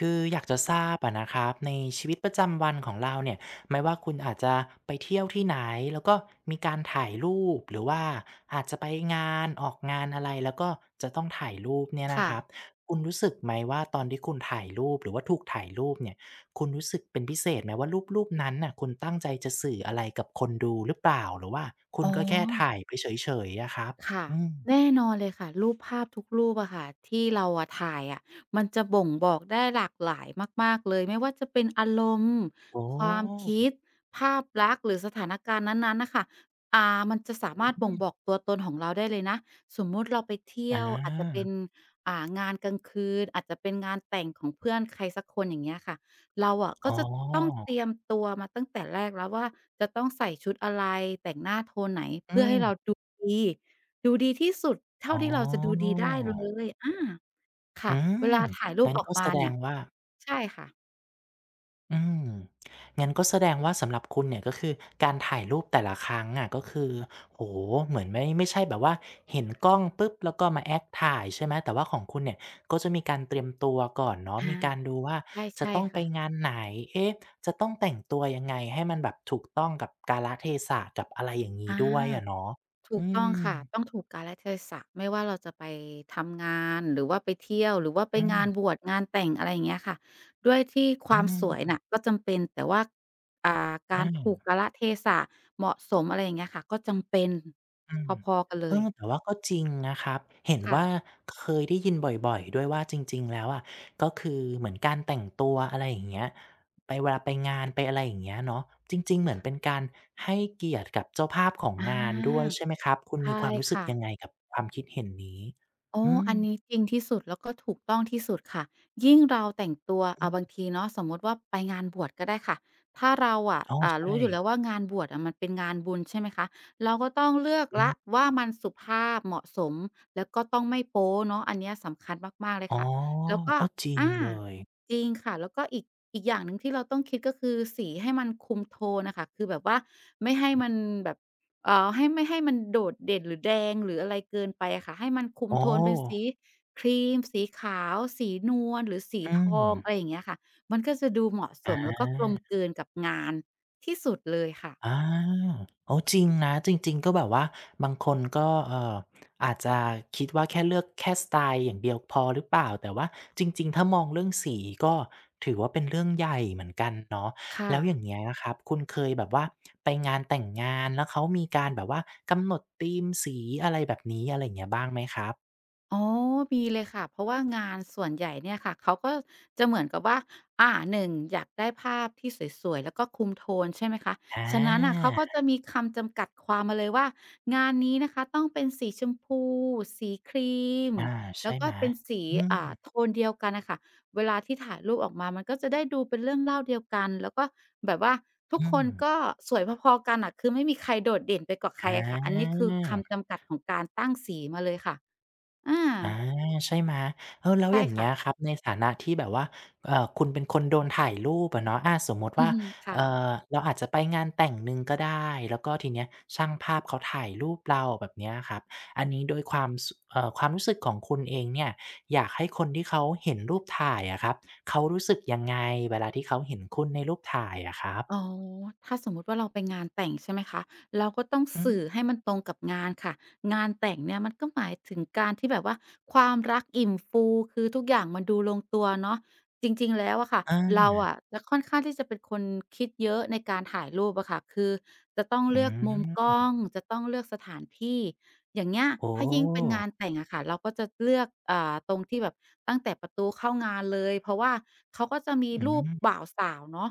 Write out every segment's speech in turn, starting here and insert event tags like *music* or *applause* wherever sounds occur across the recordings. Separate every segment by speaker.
Speaker 1: คืออยากจะทราบอะนะครับในชีวิตประจำวันของเราเนี่ยไม่ว่าคุณอาจจะไปเที่ยวที่ไหนแล้วก็มีการถ่ายรูปหรือว่าอาจจะไปงานออกงานอะไรแล้วก็จะต้องถ่ายรูปเนี่ยนะ
Speaker 2: ค่ะ
Speaker 1: ครับคุณรู้สึกไหมว่าตอนที่คุณถ่ายรูปหรือว่าถูกถ่ายรูปเนี่ยคุณรู้สึกเป็นพิเศษไหมว่ารูปนั้นน่ะคุณตั้งใจจะสื่ออะไรกับคนดูหรือเปล่าหรือว่าคุณ
Speaker 2: อ๋อ
Speaker 1: ก็แค่ถ่ายไปเฉยๆอะครับ
Speaker 2: ค่ะ
Speaker 1: อืม
Speaker 2: แน่นอนเลยค่ะรูปภาพทุกรูปอะค่ะที่เราอะถ่ายอะมันจะบ่งบอกได้หลากหลายมากๆเลยไม่ว่าจะเป็นอารมณ์
Speaker 1: โอ้
Speaker 2: ความคิดภาพลักษณ์หรือสถานการณ์นั้นๆน่ะค่ะอ่ามันจะสามารถบ่ง
Speaker 1: อืม
Speaker 2: บอกตัวตนของเราได้เลยนะสมมุติเราไป
Speaker 1: อ
Speaker 2: เที่ยวอาจจะเป็
Speaker 1: า
Speaker 2: นงานกลางคืนอาจจะเป็นงานแต่งของเพื่อนใครสักคนอย่างเงี้ยค่ะเราอะ
Speaker 1: อ๋
Speaker 2: ก็จะต้อง
Speaker 1: อ
Speaker 2: เตรียมตัวมาตั้งแต่แรกแล้วว่าจะต้องใส่ชุดอะไรแต่งหน้าโทนไหน
Speaker 1: อื
Speaker 2: เพื่อให้เรา
Speaker 1: ม
Speaker 2: ดูดี ดูดีที่สุด
Speaker 1: อ๋
Speaker 2: เท่า
Speaker 1: อ
Speaker 2: ที่เราจะดูดีได้เลยอา
Speaker 1: อื
Speaker 2: ค่ะเว
Speaker 1: ม
Speaker 2: ลาถ่ายรูป
Speaker 1: งั้น
Speaker 2: ออก
Speaker 1: ก็แส
Speaker 2: มา
Speaker 1: ด
Speaker 2: เนี่
Speaker 1: ง
Speaker 2: ย
Speaker 1: ว่า
Speaker 2: ใช่ค่ะ
Speaker 1: อืมงั้นก็แสดงว่าสำหรับคุณเนี่ยก็คือการถ่ายรูปแต่ละครั้งอะก็คือโอ้โฮเหมือนไม่ใช่แบบว่าเห็นกล้องปุ๊บแล้วก็มาแอ็์ถ่ายใช่ไหมแต่ว่าของคุณเนี่ยก็จะมีการเตรียมตัวก่อนเนาะ
Speaker 2: อา
Speaker 1: มีการดูว่า
Speaker 2: ใช่
Speaker 1: จะ
Speaker 2: ใช่
Speaker 1: ต้องไป
Speaker 2: ค่ะ
Speaker 1: งานไหนเอ๊ะจะต้องแต่งตัวยังไงให้มันแบบถูกต้องกับกาลเทศะกับอะไรอย่างงี้
Speaker 2: อา
Speaker 1: ด้วยอะเนาะ
Speaker 2: ถูก
Speaker 1: อื
Speaker 2: ต้อง
Speaker 1: ม
Speaker 2: ค่ะต้องถูกกาลเทศะไม่ว่าเราจะไปทำงานหรือว่าไปเที่ยวหรือว่าไป
Speaker 1: อื
Speaker 2: งานบ
Speaker 1: ม
Speaker 2: วชงานแต่งอะไรอย่างเงี้ยค่ะด้วยที่ค
Speaker 1: อื
Speaker 2: วามสวย
Speaker 1: ม
Speaker 2: น่ะก็จำเป็นแต่ว่าอ่าการถูก
Speaker 1: อา
Speaker 2: กาลเทศะเหมาะสมอะไรอย่างเงี้ยค่ะก็จำเป็น
Speaker 1: อืม
Speaker 2: พอๆกันเล
Speaker 1: เอ
Speaker 2: ย
Speaker 1: อแต่ว่าก็จริงนะครับเห็น
Speaker 2: ค่ะ
Speaker 1: ว่าเคยได้ยินบ่อยๆด้วยว่าจริงๆแล้วอะก็คือเหมือนการแต่งตัวอะไรอย่างเงี้ยไปเวลาไปงานไปอะไรอย่างเงี้ยเนาะจริงๆเหมือนเป็นการให้เกียรติกับเจ้าภาพของ
Speaker 2: อา
Speaker 1: งานด้วยใช่ไหมครับคุณ
Speaker 2: ใช่
Speaker 1: มีความรู้สึก
Speaker 2: ค่ะ
Speaker 1: ยังไงกับความคิดเห็นนี้
Speaker 2: โอ้
Speaker 1: อืม
Speaker 2: อันนี้จริงที่สุดแล้วก็ถูกต้องที่สุดค่ะ ยิ่งเราแต่งตัวบางทีเนาะสมมุติว่าไปงานบวชก็ได้ค่ะ ถ้าเราอะ
Speaker 1: อ๋อใช่
Speaker 2: รู้อยู่แล้วว่างานบวชอะมันเป็นงานบุญใช่ไหมคะ เราก็ต้องเลือก
Speaker 1: อื
Speaker 2: แล้ว
Speaker 1: ม
Speaker 2: ว่ามันสุภาพเหมาะสมแล้วก็ต้องไม่โป๊เนาะอันเนี้ยสำคัญมากๆเลย
Speaker 1: อ๋อ
Speaker 2: ค่ะ แล้วก็
Speaker 1: อ้อจริง
Speaker 2: อา
Speaker 1: เลย
Speaker 2: จริงค่ะแล้วก็อีกอย่างหนึ่งที่เราต้องคิดก็คือสีให้มันคุมโทนน่ะค่ะคือแบบว่าไม่ให้มันแบบ ให้ไม่ให้มันโดดเด่นหรือแดงหรืออะไรเกินไปอะค่ะให้มันคุม
Speaker 1: อ๋อ
Speaker 2: โทนเป็นสีครีมสีขาวสีนวลหรือสี
Speaker 1: อื
Speaker 2: ท
Speaker 1: ม
Speaker 2: องอะไรอย่างเงี้ยค่ะมันก็จะดูเหมาะส
Speaker 1: อา
Speaker 2: มแล้วก็กลมกลืนกับงานที่สุดเลยค่ะ
Speaker 1: อาอ๋อจริงนะจริงๆก็แบบว่าบางคนก็เอ่ออาจจะคิดว่าแค่เลือกแค่สไตล์อย่างเดียวพอหรือเปล่าแต่ว่าจริงๆถ้ามองเรื่องสีก็ถือว่าเป็นเรื่องใหญ่เหมือนกันเนาะ
Speaker 2: ค่ะ
Speaker 1: แล้วอย่างเงี้ยครับคุณเคยแบบว่าไปงานแต่งงานแล้วเขามีการแบบว่ากำหนดธีมสีอะไรแบบนี้อะไรอย่างเงี้ยบ้างไหมครับ
Speaker 2: อ๋อมีเลยค่ะเพราะว่างานส่วนใหญ่เนี่ยค่ะเขาก็จะเหมือนกับว่าหนึ่งอยากได้ภาพที่สวยๆแล้วก็คุมโทนใช่ไหมคะ
Speaker 1: อ
Speaker 2: ฉะนั้นน่ะเขา
Speaker 1: า
Speaker 2: ก็จะมีคำจำกัดความมาเลยว่างานนี้นะคะต้องเป็นสีชมพูสีครีม
Speaker 1: อา
Speaker 2: แล้
Speaker 1: ใช่
Speaker 2: วก็
Speaker 1: ไหม
Speaker 2: เป็นสี
Speaker 1: อืม
Speaker 2: โทนเดียวกันน่ะค่ะเวลาที่ถ่ายรูปออกมามันก็จะได้ดูเป็นเรื่องเล่าเดียวกันแล้วก็แบบว่าทุก
Speaker 1: อื
Speaker 2: ค
Speaker 1: ม
Speaker 2: นก็สวยพอๆกันน่ะคือไม่มีใครโดดเด่นไปกว่าใค
Speaker 1: อา
Speaker 2: รอะค่ะอันนี้คือคำจำกัดของการตั้งสีมาเลยค่ะอา
Speaker 1: อาใช่ไหมเออแล้วอ
Speaker 2: ใช่
Speaker 1: ย่างเงี้
Speaker 2: ค่ะ
Speaker 1: ยครับในฐานะที่แบบว่าคุณเป็นคนโดนถ่ายรูปอะเนาะอาสมมุติ
Speaker 2: อื
Speaker 1: ว่า
Speaker 2: อฮึค่ะ
Speaker 1: เราอาจจะไปงานแต่งหนึ่งก็ได้แล้วก็ทีเนี้ยช่างภาพเขาถ่ายรูปเราแบบเนี้ยครับอันนี้โดยความสความรู้สึกของคุณเองเนี่ยอยากให้คนที่เขาเห็นรูปถ่ายอะครับเขารู้สึกยังไงเวลาที่เขาเห็นคุณในรูปถ่ายอะครับ
Speaker 2: อ๋อถ้าสมมุติว่าเราไปงานแต่งใช่ไหมคะเราก็ต้อง
Speaker 1: อื
Speaker 2: สื่อ
Speaker 1: ม
Speaker 2: ให้มันตรงกับงานค่ะงานแต่งเนี่ยมันก็หมายถึงการที่แบบว่าความรักอิ่มฟูคือทุกอย่างมันดูลงตัวเนาะจริงๆแล้วอะค่ะ
Speaker 1: อา
Speaker 2: เราอะจะค่อนข้างที่จะเป็นคนคิดเยอะในการถ่ายรูปอะค่ะคือจะต้อง
Speaker 1: อื
Speaker 2: เลือกมุมก
Speaker 1: ม
Speaker 2: ล้องจะต้องเลือกสถานที่อย่างเงี้ย
Speaker 1: โอ้
Speaker 2: ถ้ายิ่งเป็นงานแต่งอะค่ะเราก็จะเลือกตรงที่แบบตั้งแต่ประตูเข้างานเลยเพราะว่าเขาก็จะมี
Speaker 1: อื
Speaker 2: รูป
Speaker 1: ม
Speaker 2: บ่าวสาวเนาะ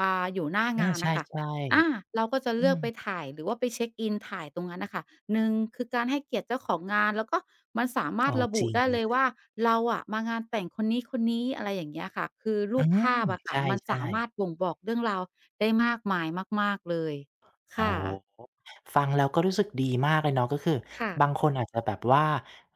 Speaker 2: อยู่หน้า
Speaker 1: อา
Speaker 2: งาน
Speaker 1: ใช่
Speaker 2: น่ะค่ะอาเราก็จะ
Speaker 1: ๆอื
Speaker 2: เลือก
Speaker 1: ม
Speaker 2: ไปถ่ายหรือว่าไปเช็กอินถ่ายตรงนั้นน่ะค่ะหนึ่งคือการให้เกียรติเจ้าของงานแล้วก็มันสามารถ
Speaker 1: โอ้
Speaker 2: ระ
Speaker 1: จ
Speaker 2: บุ
Speaker 1: ริง
Speaker 2: ได้
Speaker 1: เล
Speaker 2: เลยว่า
Speaker 1: ย
Speaker 2: เราอะมางานแต่งคนนี้ๆอะไรอย่างเงี้ยค่ะคือรู
Speaker 1: อื
Speaker 2: ป
Speaker 1: ม
Speaker 2: ภาพอะค่ะ
Speaker 1: ใช่
Speaker 2: มันสา
Speaker 1: ๆ
Speaker 2: มารถบ่งบอกเรื่องราวได้มากมายมากๆเลย
Speaker 1: โอ้
Speaker 2: ค่ะ
Speaker 1: โฮฟังแล้วก็รู้สึกดีมากเลยเนาะก็คือ
Speaker 2: ค่ะ
Speaker 1: บางคนอาจจะแบบว่า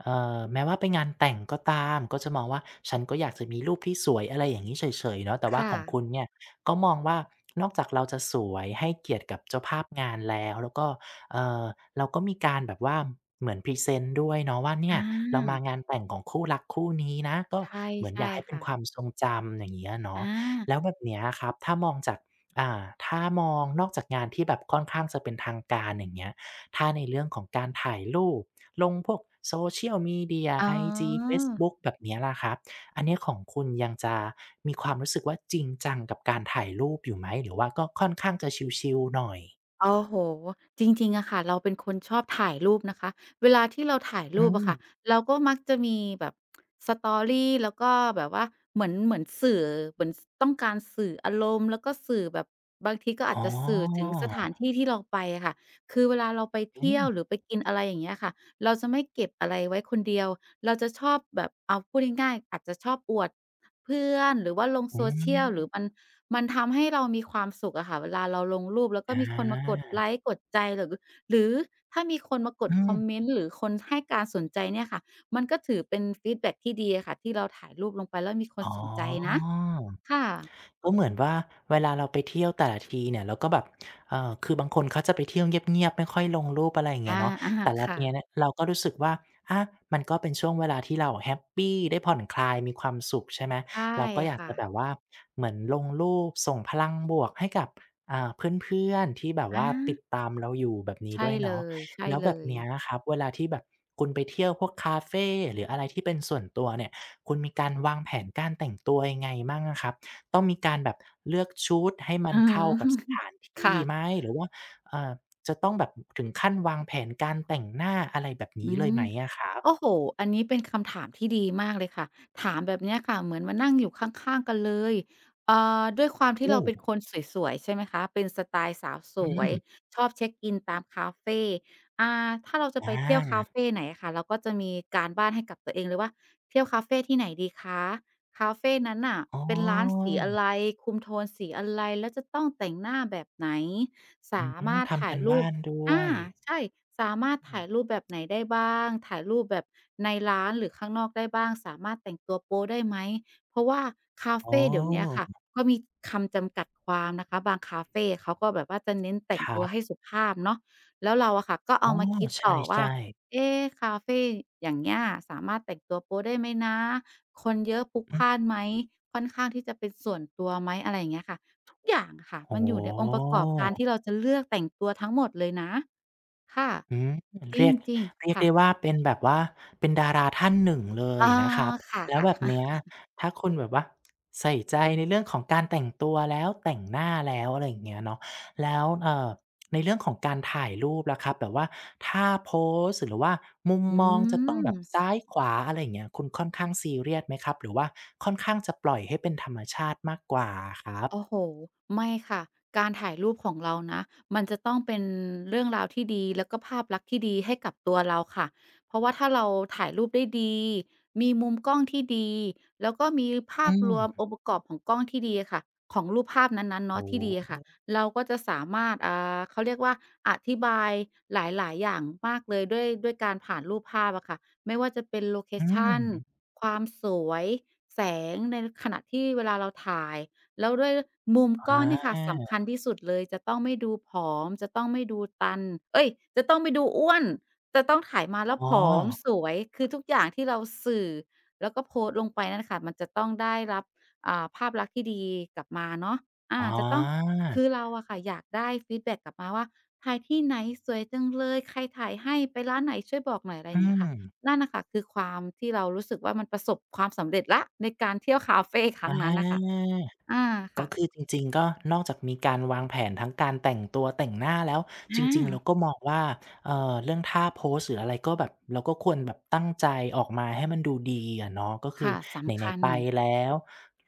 Speaker 1: แม้ว่าไปงานแต่งก็ตามก็จะมองว่าฉันก็อยากจะมีรูปที่สวยอะไรอย่างงี้เฉยๆเนาะแต่ว่า
Speaker 2: ค่ะ
Speaker 1: ของคุณเนี่ยก็มองว่านอกจากเราจะสวยให้เกียรติกับเจ้าภาพงานแล้วแล้วก็เอ่อเราก็มีการแบบว่าเหมือนพรีเซนต์ด้วยเนาะว่าเนี่
Speaker 2: อ
Speaker 1: ยเรามา
Speaker 2: า
Speaker 1: งานแต่งของคู่รักคู่นี้นะก็
Speaker 2: ใช่
Speaker 1: เหมือนอยา
Speaker 2: ใช่
Speaker 1: กให้เป็น
Speaker 2: ค่ะ
Speaker 1: ความทรงจำอย่างเงี้ยเนาะ
Speaker 2: อา
Speaker 1: แล้วแบบเนี้ยครับถ้ามองจาก อ่าถ้ามองนอกจากงานที่แบบค่อนข้างจะเป็นทางการอย่างเงี้ยถ้าในเรื่องของการถ่ายรูปลงพวก Social Media
Speaker 2: อ๋อ
Speaker 1: IG เฟซบุ๊กแบบเนี้ยล่ะครับ อันเนี้ยของคุณยังจะมีความรู้สึกว่าจริงจังกับการถ่ายรูปอยู่ไหมหรือว่าก็ค่อนข้างจะชิลๆหน่อย
Speaker 2: โอ้โหจริงๆอะค่ะเราเป็นคนชอบถ่ายรูปนะคะเวลาที่เราถ่าย
Speaker 1: อื
Speaker 2: รูปอะ
Speaker 1: ม
Speaker 2: ค่ะเราก็มักจะมีแบบ Story แล้วก็แบบว่าเหมือนสื่อเหมือนสต้องการสื่ออารมณ์แล้วก็สื่อแบบบางทีก็
Speaker 1: อ๋
Speaker 2: อาจ
Speaker 1: อ
Speaker 2: จะสื่อถึงสถานที่ที่เราไปอะค่ะคือเวลาเราไป
Speaker 1: อื
Speaker 2: เที่ยวห
Speaker 1: ม
Speaker 2: รือไปกินอะไรอย่างเงี้ยค่ะเราจะไม่เก็บอะไรไว้คนเดียวเราจะชอบแบบเอาพูดง่ายๆอาจจะชอบอวดเพื่อนหรือว่าลง
Speaker 1: อื
Speaker 2: social หรือ
Speaker 1: ม
Speaker 2: มัน มันทำให้เรามีความสุขอะค่ะเวลาเราลงรูปแล้ว
Speaker 1: อ
Speaker 2: ก็มีคนมากด
Speaker 1: า
Speaker 2: ไลก์กดใจหรือถ้ามีคนมาก
Speaker 1: อื
Speaker 2: ดคอม
Speaker 1: ม
Speaker 2: เมนต์หรือคนให้การสนใจเนี่ยค่ะมันก็ถือเป็นฟีดแบ็กที่ดีอะค่ะที่เราถ่ายรูปลงไปแล้วมีคน
Speaker 1: อ๋อ
Speaker 2: สนใจนะค่ะ
Speaker 1: ก็เหมือนว่าเวลาเราไปเที่ยวแต่ละทีเนี่ยเราก็แบบคือบางคนเขาจะไปเที่ยวเงียบๆไม่ค่อยลงรูปอะไรอย่างเงี้ย
Speaker 2: อา
Speaker 1: เนาะ
Speaker 2: อา
Speaker 1: แต่ละที
Speaker 2: ค่ะ
Speaker 1: เนียเนี่ยเราก็รู้สึกว่าอามันก็เป็นช่วงเวลาที่เราอะแฮปปีได้ผ่อนคลายมีความสุขใช่ไหม
Speaker 2: ใช่
Speaker 1: เราก็อยาก
Speaker 2: ค่ะ
Speaker 1: จะแบบว่าเหมือนลงรูปส่งพลังบวกให้กับเพื่อนๆที่แบบ
Speaker 2: อา
Speaker 1: ว่าติดตามเราอยู่แบบนี้
Speaker 2: ใช่
Speaker 1: ด้วย
Speaker 2: เล
Speaker 1: เนาะ
Speaker 2: ย
Speaker 1: แล้วแบบเนี้ย
Speaker 2: ๆ
Speaker 1: นะครับเวลาที่แบบคุณไปเที่ยวพวกคาเฟหรืออะไรที่เป็นส่วนตัวเนี่ยคุณมีการวางแผนการแต่งตัวยังไงบ้างอะครับ ต้องมีการแบบเลือกชุดให้มั
Speaker 2: อื
Speaker 1: น
Speaker 2: อ
Speaker 1: เข้ากับ
Speaker 2: ฮึ
Speaker 1: สถาน
Speaker 2: *laughs*
Speaker 1: ที่
Speaker 2: ค่ะ
Speaker 1: ไหมหรือว่าเอ่อจะต้องแบบถึงขั้นวางแผนการแต่งหน้าอะไรแบบ
Speaker 2: อื
Speaker 1: นี้เลย
Speaker 2: ม
Speaker 1: ไหมอะครับ
Speaker 2: โอ้โฮอันนี้เป็นคำถามที่ดีมากเลยค่ะถามแบบเนี้ยค่ะเหมือนมานั่งอยู่ข้างๆกันเลยเอ่ด้วยความที่
Speaker 1: โอ้
Speaker 2: เราเป็นคนสวยๆใช่ไหมคะเป็นสไตล์สาวส
Speaker 1: อื
Speaker 2: ว
Speaker 1: ม
Speaker 2: ยชอบเช็กอินตามคาเฟอ่าถ้าเราจะ
Speaker 1: อ
Speaker 2: ไปเที่ยวคาเฟ
Speaker 1: า
Speaker 2: ไหนอะค่ะเราก็จะมีการบ้านให้กับตัวเองเลยว่าเที่ยวคาเฟที่ไหนดีคะคาเฟนั้นน่ะ
Speaker 1: อ๋
Speaker 2: เป็นร้าน
Speaker 1: อ
Speaker 2: สีอะไรคุมโทนสีอะไรแล้วจะต้องแต่งหน้าแบบไหน
Speaker 1: อื
Speaker 2: สา
Speaker 1: ม
Speaker 2: มารถ
Speaker 1: ทำ
Speaker 2: ถ่า
Speaker 1: กา
Speaker 2: ย
Speaker 1: ร
Speaker 2: รู
Speaker 1: บ้า
Speaker 2: ป
Speaker 1: นด้ว
Speaker 2: อา
Speaker 1: ย
Speaker 2: ใช่สามารถ
Speaker 1: อืม
Speaker 2: ถ่ายรูปแบบไหนได้บ้างถ่ายรูปแบบในร้านหรือข้างนอกได้บ้างสามารถแต่งตัวโป๊ได้ไหมเพราะว่าคา
Speaker 1: อ๋อ
Speaker 2: เฟเดี๋ยวเนี้ยค่ะก็มีคำจำกัดความนะคะบางคาเฟเขาก็แบบว่าจะเน้นแต่
Speaker 1: ค
Speaker 2: ง
Speaker 1: รั
Speaker 2: ตัวให้
Speaker 1: บ
Speaker 2: สุภาพเนาะแล้วเราอะค่ะก็
Speaker 1: อ๋
Speaker 2: เอา
Speaker 1: อ
Speaker 2: มาคิด
Speaker 1: ใ
Speaker 2: ต่อว่า
Speaker 1: ช่ๆ
Speaker 2: เอ๊คาเฟอย่างเงี้ยสามารถแต่งตัวโป๊ได้ไหมนะคนเยอะพลุกพล่าน
Speaker 1: อือ
Speaker 2: ไหมค่อนข้างที่จะเป็นส่วนตัวไหมอะไรอย่างเงี้ยค่ะ ทุกอย่างอะค่ะ
Speaker 1: โอ้
Speaker 2: มัน
Speaker 1: โ
Speaker 2: อยู่ในองค์ประกอบการที่
Speaker 1: ฮ
Speaker 2: เราจะเลือกแต่งตัวทั้งหมดเลยนะค่ะ
Speaker 1: อืม
Speaker 2: จ
Speaker 1: เรียก
Speaker 2: ริง
Speaker 1: เรีย
Speaker 2: ๆ
Speaker 1: ก
Speaker 2: ค่ะ
Speaker 1: ได้ว่าเป็นแบบว่าเป็นดาราท่านหนึ่งเลย
Speaker 2: อา
Speaker 1: นะครับ
Speaker 2: ค่ะ
Speaker 1: แล้วแบบเนี้ยถ้าคุณแบบว่าใส่ใจในเรื่องของการแต่งตัวแล้วแต่งหน้าแล้วอะไรอย่างเงี้ยเนาะแล้วในเรื่องของการถ่ายรูปล่ะครับแบบว่าท่าโพสหรือว่ามุม
Speaker 2: ๆ
Speaker 1: มองจะต้อง
Speaker 2: ม
Speaker 1: แบบซ้ายขวาอะไรอย่างเงี้ยคุณค่อนข้างซีเรียสไหมครับหรือว่าค่อนข้างจะปล่อยให้เป็นธรรมชาติมากกว่าอะครับ
Speaker 2: โอ้โฮไม่ค่ะ การถ่ายรูปของเรานะมันจะต้องเป็นเรื่องราวที่ดีแล้วก็ภาพลักษณ์ที่ดีให้กับตัวเราค่ะเพราะว่าถ้าเราถ่ายรูปได้ดีมีมุมกล้องที่ดีแล้วก็มีภา
Speaker 1: อื
Speaker 2: พรวมอ
Speaker 1: ม
Speaker 2: งค์ประกอบของกล้องที่ดีอะค่ะของรูปภาพนั้นๆ
Speaker 1: โอ้
Speaker 2: เนาะที่ดีอะค่ะ
Speaker 1: โฮ
Speaker 2: เราก็จะสามารถเขาเรียกว่าอธิบายหลายๆอย่างมากเลยด้วยการผ่านรูปภาพอะค่ะไม่ว่าจะเป็นโลเค
Speaker 1: อื
Speaker 2: ชัน
Speaker 1: ม
Speaker 2: ความสวยแสงในขณะที่เวลาเราถ่าย แล้วด้วยมุมกล้อ
Speaker 1: อา
Speaker 2: งเนี่ยค่ะสำคัญที่สุดเลยจะต้องไม่ดูผอมจะต้องไม่ดูตันเอ๊ยจะต้องไม่ดูอ้วนจะต้องถ่ายมาแล้ว
Speaker 1: อ๋อ
Speaker 2: ผอมสวยคือทุกอย่างที่เราสื่อแล้วก็โพสต์ลงไปนั่นค่ะมันจะต้องได้รับภาพลักษณ์ที่ดีกลับมาเนาะอา
Speaker 1: อ๋
Speaker 2: จะต้อง
Speaker 1: อ
Speaker 2: คือเราอะค่ะอยากได้ฟีดแบ็กกลับมาว่าถ่ายที่ไหนสวยจังเลยใครถ่ายให้ไปร้านไหนช่วยบอกหน่อยอะไรอ
Speaker 1: อื
Speaker 2: ย่างเงี้ยค่ะ
Speaker 1: ม
Speaker 2: นั่นน่ะค่ะคือความที่เรารู้สึกว่ามันประสบความสำเร็จแล้วในการเที่ยวคาเฟค
Speaker 1: อ
Speaker 2: รั้งนั้นน่ะค่ะ
Speaker 1: า
Speaker 2: อา
Speaker 1: ก็
Speaker 2: ค่ะ
Speaker 1: คือจริงๆก็นอกจากมีการวางแผนทั้งการแต่งตัวแต่งหน้าแล้วจ
Speaker 2: อา
Speaker 1: ริงๆเราก็มองว่าเรื่องท่าโพสหรืออะไรก็แบบเราก็ควรแบบตั้งใจออกมาให้มันดูดีอะเนาะก็คือ
Speaker 2: ค่ะสำ
Speaker 1: ไหน
Speaker 2: คั
Speaker 1: ๆ
Speaker 2: ญ
Speaker 1: ไปแล้ว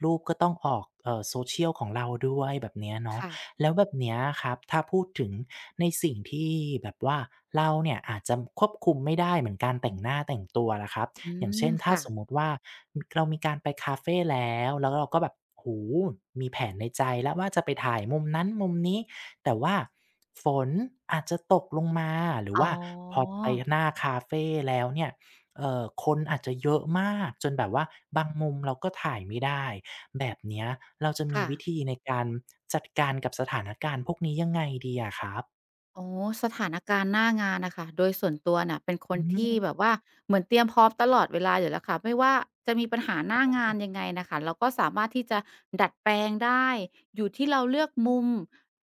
Speaker 1: รูปก็ต้องออกsocial ของเราด้วยแบบเนี้ยเนาะ
Speaker 2: ค่ะ
Speaker 1: แล้วแบบเนี้ยครับถ้าพูดถึงในสิ่งที่แบบว่าเราเนี่ยอาจจะควบคุมไม่ได้เหมือนการแต่งหน้าแต่งตัวล่ะครับ
Speaker 2: อื
Speaker 1: อย่าง
Speaker 2: ม
Speaker 1: เช่นถ้า
Speaker 2: ค่ะ
Speaker 1: สมมุติว่าเรามีการไปคาเฟแล้วเราก็แบบโอ้โฮมีแผนในใจแล้วว่าจะไปถ่ายมุมนั้นมุมนี้แต่ว่าฝนอาจจะตกลงมาหรือ
Speaker 2: อ๋
Speaker 1: ว่าพอ
Speaker 2: อ
Speaker 1: ไปหน้าคาเฟแล้วเนี่ยคนอาจจะเยอะมากจนแบบว่าบางมุมเราก็ถ่ายไม่ได้แบบเนี้ยเราจะมี
Speaker 2: ค่ะ
Speaker 1: วิธีในการจัดการกับสถานการณ์พวกนี้ยังไงดีอะครับ
Speaker 2: อ๋อสถานการณ์หน้างานน่ะค่ะโดยส่วนตัวน่ะเป็นค
Speaker 1: อื
Speaker 2: นที่แบบ
Speaker 1: ม
Speaker 2: ว่าเหมือนเตรียมพร้อมตลอดเวลาอยู่แล้วค่ะไม่ว่าจะมีปัญหาหน้างานยังไงน่ะค่ะเราก็สามารถที่จะดัดแปลงได้อยู่ที่เราเลือกมุม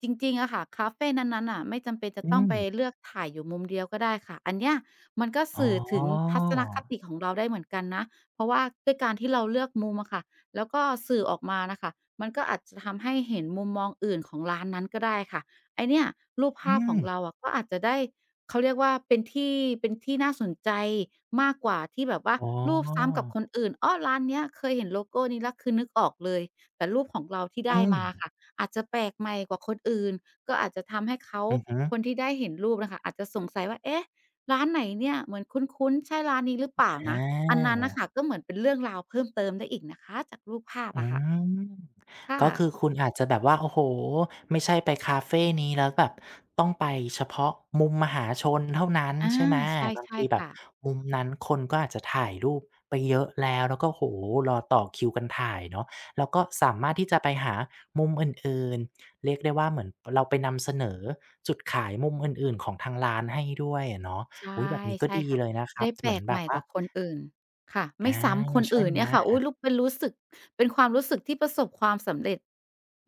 Speaker 2: จริงๆอะค่ะคาเฟนั้นๆน่ะไม่จำเป็นจะ
Speaker 1: อื
Speaker 2: ต้อง
Speaker 1: ม
Speaker 2: ไปเลือกถ่ายอยู่มุมเดียวก็ได้ค่ะอันเนี้ยมันก็
Speaker 1: อ๋อ
Speaker 2: สื่อถึงทัศนคติของเราได้เหมือนกันนะเพราะว่าด้วยการที่เราเลือกมุมอะค่ะแล้วก็สื่อออกมาน่ะค่ะมันก็อาจจะทำให้เห็นมุมมองอื่นของร้านนั้นก็ได้ค่ะ ไอ้เนี่ยรูป
Speaker 1: อื
Speaker 2: ภาพขอ
Speaker 1: ม
Speaker 2: งเราอะก็อาจจะได้เขาเรียกว่าเป็นที่น่าสนใจมากกว่าที่แบบว่า
Speaker 1: อ๋อ
Speaker 2: รูปซ้ำกับคนอื่นอ้อร้านเนี้ยเคยเห็นโลโกนี้แล้วคือนึกออกเลยแต่รูปของเราที่ได้
Speaker 1: อื
Speaker 2: มา
Speaker 1: ม
Speaker 2: ค่ะอาจจะแปลกใหม่กว่าคนอื่นก็อาจจะทำให้เขา
Speaker 1: อือฮึ
Speaker 2: คนที่ได้เห็นรูปน่ะค่ะอาจจะสงสัยว่าเอ๊ะร้านไหนเนี่ยเหมือนคุ้นๆใช่ร้านนี้หรือเปล่า
Speaker 1: อ
Speaker 2: นะอันนั้น
Speaker 1: า
Speaker 2: น่ะค่ะก็เหมือนเป็นเรื่องราวเพิ่มเติมได้อีกนะคะจากรูปภาพ
Speaker 1: อื
Speaker 2: อะค่ะ
Speaker 1: ม
Speaker 2: ค่ะ
Speaker 1: ก็คือคุณอาจจะแบบว่าโอ้โฮไม่ใช่ไปคาเฟนี้แล้วแบบต้องไปเฉพาะมุมมหาชนเท่านั้น
Speaker 2: อา
Speaker 1: ใช่ไหม
Speaker 2: ใช่
Speaker 1: บาง
Speaker 2: ใช่
Speaker 1: ทีแบบ
Speaker 2: ค่ะ
Speaker 1: มุมนั้นคนก็อาจจะถ่ายรูปไปเยอะแล้วก็โอ้โฮรอต่อคิวกันถ่ายเนาะแล้วก็สามารถที่จะไปหามุมอื่นๆเรียกได้ว่าเหมือนเราไปนำเสนอจุดขายมุมอื่นๆของทางร้านให้ด้วยอะเนาะ
Speaker 2: ใช
Speaker 1: อุ๊ย
Speaker 2: ่
Speaker 1: แบบนี้ก็
Speaker 2: ใช่
Speaker 1: ดี
Speaker 2: ค่ะ
Speaker 1: เลยนะครั
Speaker 2: ได้
Speaker 1: บ
Speaker 2: แป
Speaker 1: เห
Speaker 2: ล
Speaker 1: มือน
Speaker 2: ก
Speaker 1: แบ
Speaker 2: ให
Speaker 1: บ
Speaker 2: ม่ก
Speaker 1: ว่า
Speaker 2: ว่าคนอื่นค่ะ
Speaker 1: อา
Speaker 2: ไม่ซ้ำคน
Speaker 1: ใช่
Speaker 2: อื่น
Speaker 1: ไหม
Speaker 2: เนี่ยค่ะอุ๊ยรู้เป็นรู้สึกเป็นความรู้สึกที่ประสบความสำเร็จ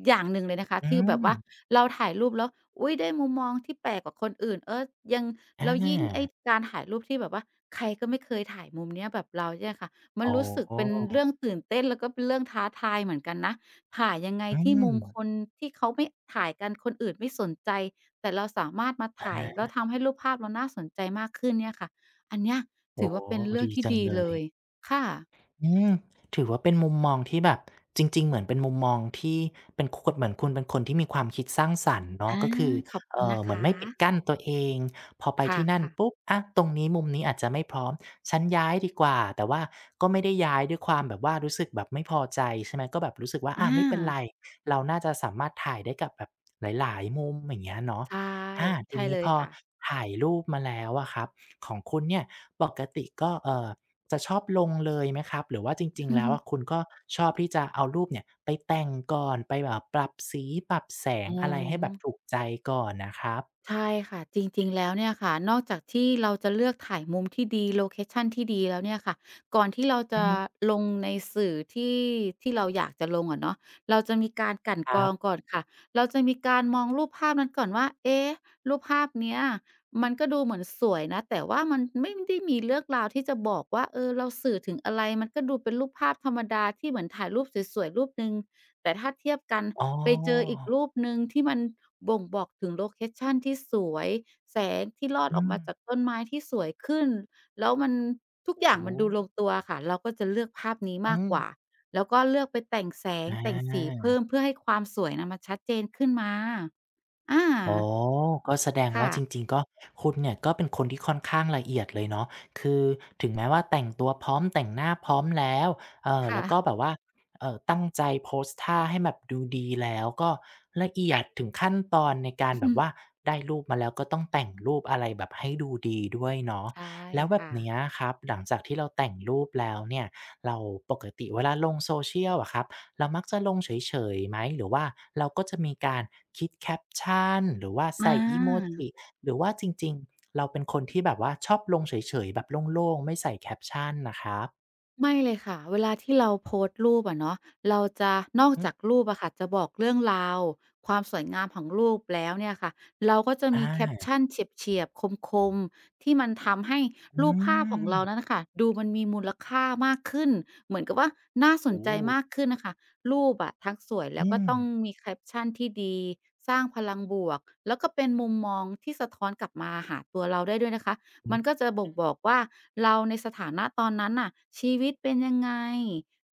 Speaker 2: อย่างหนึ่งเลยนะคะ
Speaker 1: อื
Speaker 2: ที่แบบ
Speaker 1: ม
Speaker 2: ว่าเราถ่ายรูปแล้วอุ๊ยได้มุมมองที่แปลกกว่าคนอื่นเออยัง
Speaker 1: อา
Speaker 2: แล้วยิ่งไอ้การถ่ายรูปที่แบบว่าใครก็ไม่เคยถ่ายมุมเนี้ยแบบเราเนี่ยค่ะมั
Speaker 1: อ๋
Speaker 2: น
Speaker 1: อ
Speaker 2: รู้สึกเป็นเรื่องตื่นเต้นแล้วก็เป็นเรื่องท้าทายเหมือนกันนะ หายังไง
Speaker 1: อื
Speaker 2: ที่มุ
Speaker 1: ม
Speaker 2: มคนที่เขาไม่ถ่ายกันคนอื่นไม่สนใจแต่เราสามารถมาถ่ายแล้วทำให้รูปภาพเราน่าสนใจมากขึ้นเนี่ยค่ะอันเนี้ย
Speaker 1: โอ้
Speaker 2: ถือ
Speaker 1: โฮ
Speaker 2: ว่าเป็นเรื่อง
Speaker 1: ดี
Speaker 2: ที่
Speaker 1: จัง
Speaker 2: ดี
Speaker 1: เล
Speaker 2: เล
Speaker 1: ย
Speaker 2: ยค่ะ
Speaker 1: อืมถือว่าเป็นมุมมองที่แบบจริงๆเหมือนเป็นมุมมองที่เป็นคเหมือนคุณเป็นคนที่มีความคิดสร้างสรรค์เนาะ
Speaker 2: อา
Speaker 1: ก็คือ
Speaker 2: ขอบคุณนะ
Speaker 1: เหมือน
Speaker 2: คะ
Speaker 1: ไม่ปิดกั้นตัวเองพอไป
Speaker 2: ค
Speaker 1: ที่นั่น
Speaker 2: ่ะ
Speaker 1: ปุ๊บ
Speaker 2: ๆ
Speaker 1: อะตรงนี้มุมนี้อาจจะไม่พร้อมฉันย้ายดีกว่าแต่ว่าก็ไม่ได้ย้ายด้วยความแบบว่ารู้สึกแบบไม่พอใจใช่ไหมก็แบบรู้สึกว่า
Speaker 2: อ
Speaker 1: อาไม่เป็น
Speaker 2: า
Speaker 1: ไรเราน่าจะสามารถถ่ายได้กับแบบหลายๆมุมอย่างเงี้ยเนาะ
Speaker 2: ใช่
Speaker 1: อาที
Speaker 2: ใช่
Speaker 1: นี้
Speaker 2: เล
Speaker 1: พ
Speaker 2: ย
Speaker 1: อ
Speaker 2: ค่ะ
Speaker 1: ถ่ายรูปมาแล้วอะครับของคุณเนี่ยปกติก็จะชอบลงเลยไหมครับหรือว่าจริงๆแล้วอะคุณ
Speaker 2: *laughs*
Speaker 1: ก็ชอบที่จะเอารูปเนี่ยไปแต่งก่อนไปแบบปรับสีปรับแสง
Speaker 2: อ๋อ
Speaker 1: อะไรให้แบบถูกใจก่อนนะครับ
Speaker 2: ใช่ค่ะจริงๆแล้วเนี่ยค่ะนอกจากที่เราจะเลือกถ่ายมุมที่ดีโลเคชันที่ดีแล้วเนี่ยค่ะก่อนที่เรา
Speaker 1: อื
Speaker 2: จะ
Speaker 1: ม
Speaker 2: ลงในสื่อที่เราอยากจะลงอะเนาะเราจะมีการกลั่น
Speaker 1: ค
Speaker 2: กร
Speaker 1: รั
Speaker 2: อ
Speaker 1: บ
Speaker 2: งก่อนค่ะเราจะมีการมองรูปภาพนั้นก่อนว่าเอ๊ะรูปภาพเนี้ยมันก็ดูเหมือนสวยนะแต่ว่ามันไม่ได้มีเรื่องราวที่จะบอกว่าเออเราสื่อถึงอะไรมันก็ดูเป็นรูปภาพธรรมดาที่เหมือนถ่ายรูปสวยๆรูปหนึ่ง แต่ถ้าเทียบกัน
Speaker 1: อ๋อ
Speaker 2: ไปเจออีกรูปหนึ่งที่มันบ่งบอกถึงโลเคชันที่สวยแสงที่ลอดอ
Speaker 1: อื
Speaker 2: อก
Speaker 1: ม
Speaker 2: มาจากต้นไม้ที่สวยขึ้นแล้วมันทุกอ
Speaker 1: โอ้
Speaker 2: ย่าง
Speaker 1: โฮ
Speaker 2: มันดูลงตัวค่ะเราก็จะเลือกภาพนี้มา
Speaker 1: อื
Speaker 2: ก
Speaker 1: ม
Speaker 2: กว่าแล้วก็เลือกไปแต่งแสงแต่งสี
Speaker 1: อา
Speaker 2: เพิ่มเพื่อให้ความสวยน่ะมันชัดเจนขึ้นมาอา
Speaker 1: อ๋อก็แสดงว่า
Speaker 2: ค่ะ
Speaker 1: จริงๆก็คุณเนี่ยก็เป็นคนที่ค่อนข้างละเอียดเลยเนาะคือถึงแม้ว่าแต่งตัวพร้อมแต่งหน้าพร้อมแล้วแล้
Speaker 2: ค่ะ
Speaker 1: วก็แบบว่าตั้งใจโพสท่าให้แบบดูดีแล้วก็ละเอียดถึงขั้นตอนในการแบบว่า
Speaker 2: *laughs*
Speaker 1: ได้รูปมาแล้วก็ต้องแต่งรูปอะไรแบบให้ดูดีด้วยเนาะ
Speaker 2: ใช่
Speaker 1: แล้วแบบ
Speaker 2: ค่ะ
Speaker 1: เนี้ยครับ หลังจากที่เราแต่งรูปแล้วเนี่ยเราปกติเวลาลง social อะครับ เรามักจะลงเฉยๆไหมหรือว่าเราก็จะมีการคิดแคปชั่นหรือว่า
Speaker 2: อ
Speaker 1: ใส่อิโม
Speaker 2: า
Speaker 1: จิหรือว่าจริงๆเราเป็นคนที่แบบว่าชอบลงเฉยๆแบบโล่งๆไม่ใส่แคปชั่นน่ะครับ
Speaker 2: ไม่เลยค่ะเวลาที่เราโพสต์รูปอะเนาะเราจะนอก
Speaker 1: อื
Speaker 2: จากรูปอะค่ะจะบอกเรื่องราวความสวยงามของรูปแล้วเนี่ยค่ะเราก็จะ
Speaker 1: ออ
Speaker 2: มีแคป
Speaker 1: า
Speaker 2: ชั่นเฉียบๆคมๆที่มันทำให้
Speaker 1: อื
Speaker 2: รูปภาพของ
Speaker 1: ม
Speaker 2: เรานั้นน่ะค่ะดูมันมีมูลค่ามากขึ้นเหมือนกับว่าน่าสน
Speaker 1: โอ้โฮ
Speaker 2: ใจมากขึ้นน่ะค่ะรูปอะทั้งสวยแล้ว
Speaker 1: อื
Speaker 2: ก็
Speaker 1: ม
Speaker 2: ต้องมีแคปชั่นที่ดีสร้างพลังบวกแล้วก็เป็นมุมมองที่สะท้อนกลับมาหาตัวเราได้ด้วยนะคะ
Speaker 1: อื
Speaker 2: มั
Speaker 1: อ
Speaker 2: นก็จะบ่งบอกว่าเราในสถานะตอนนั้นน่ะชีวิตเป็นยังไง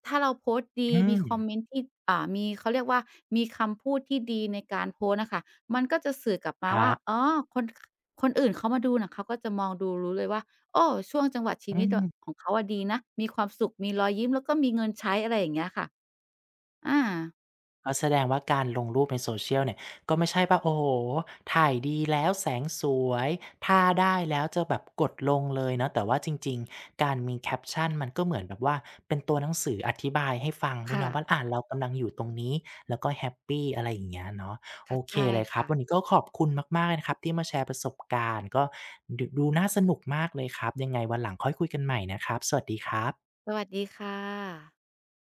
Speaker 2: ถ้าเราโพสต์ดี
Speaker 1: อื
Speaker 2: มี
Speaker 1: ม
Speaker 2: คอมเมนต์ที่มีเขาเรียกว่ามีคำพูดที่ดีในการโพสต์อะค่ะมันก็จะสื่อกลับมา
Speaker 1: ครั
Speaker 2: ว่า
Speaker 1: บ
Speaker 2: อ๋อคนคคนอื่นเขามาดูน่ะเขาก็จะมองดูรู้เลยว่าโอ้ช่วงจังหวะชี
Speaker 1: อื
Speaker 2: วิตอะข
Speaker 1: ม
Speaker 2: องเขาอะดีนะมีความสุขมีรอยยิ้มแล้วก็มีเงินใช้อะไรอย่างเงี้ยค่ะอา
Speaker 1: ก็แสดงว่าการลงรูปในโซเชียลเนี่ยก็ไม่ใช่ว่าโอ้โฮถ่ายดีแล้วแสงสวยท่าได้แล้วจะแบบกดลงเลยเนาะแต่ว่าจริงๆการมีแคปชันมันก็เหมือนแบบว่าเป็นตัวหนังสืออธิบายให้ฟังด้วย
Speaker 2: ค่ะ
Speaker 1: เนาะว่าอ่าเรากำลังอยู่ตรงนี้แล้วก็แฮปปีอะไรอย่างเงี้ยเนาะโอ
Speaker 2: ค่ะ
Speaker 1: เค
Speaker 2: ใช่
Speaker 1: เลยครับ
Speaker 2: ค่ะ
Speaker 1: วันนี้ก็ขอบคุณมากๆเลยนะครับที่มาแชร์ประสบการณ์ก็ดดูน่าสนุกมากเลยครับยังไงวันหลังค่อยคุยกันใหม่นะครับสวัสดีครับ
Speaker 2: สวัสดีค่ะ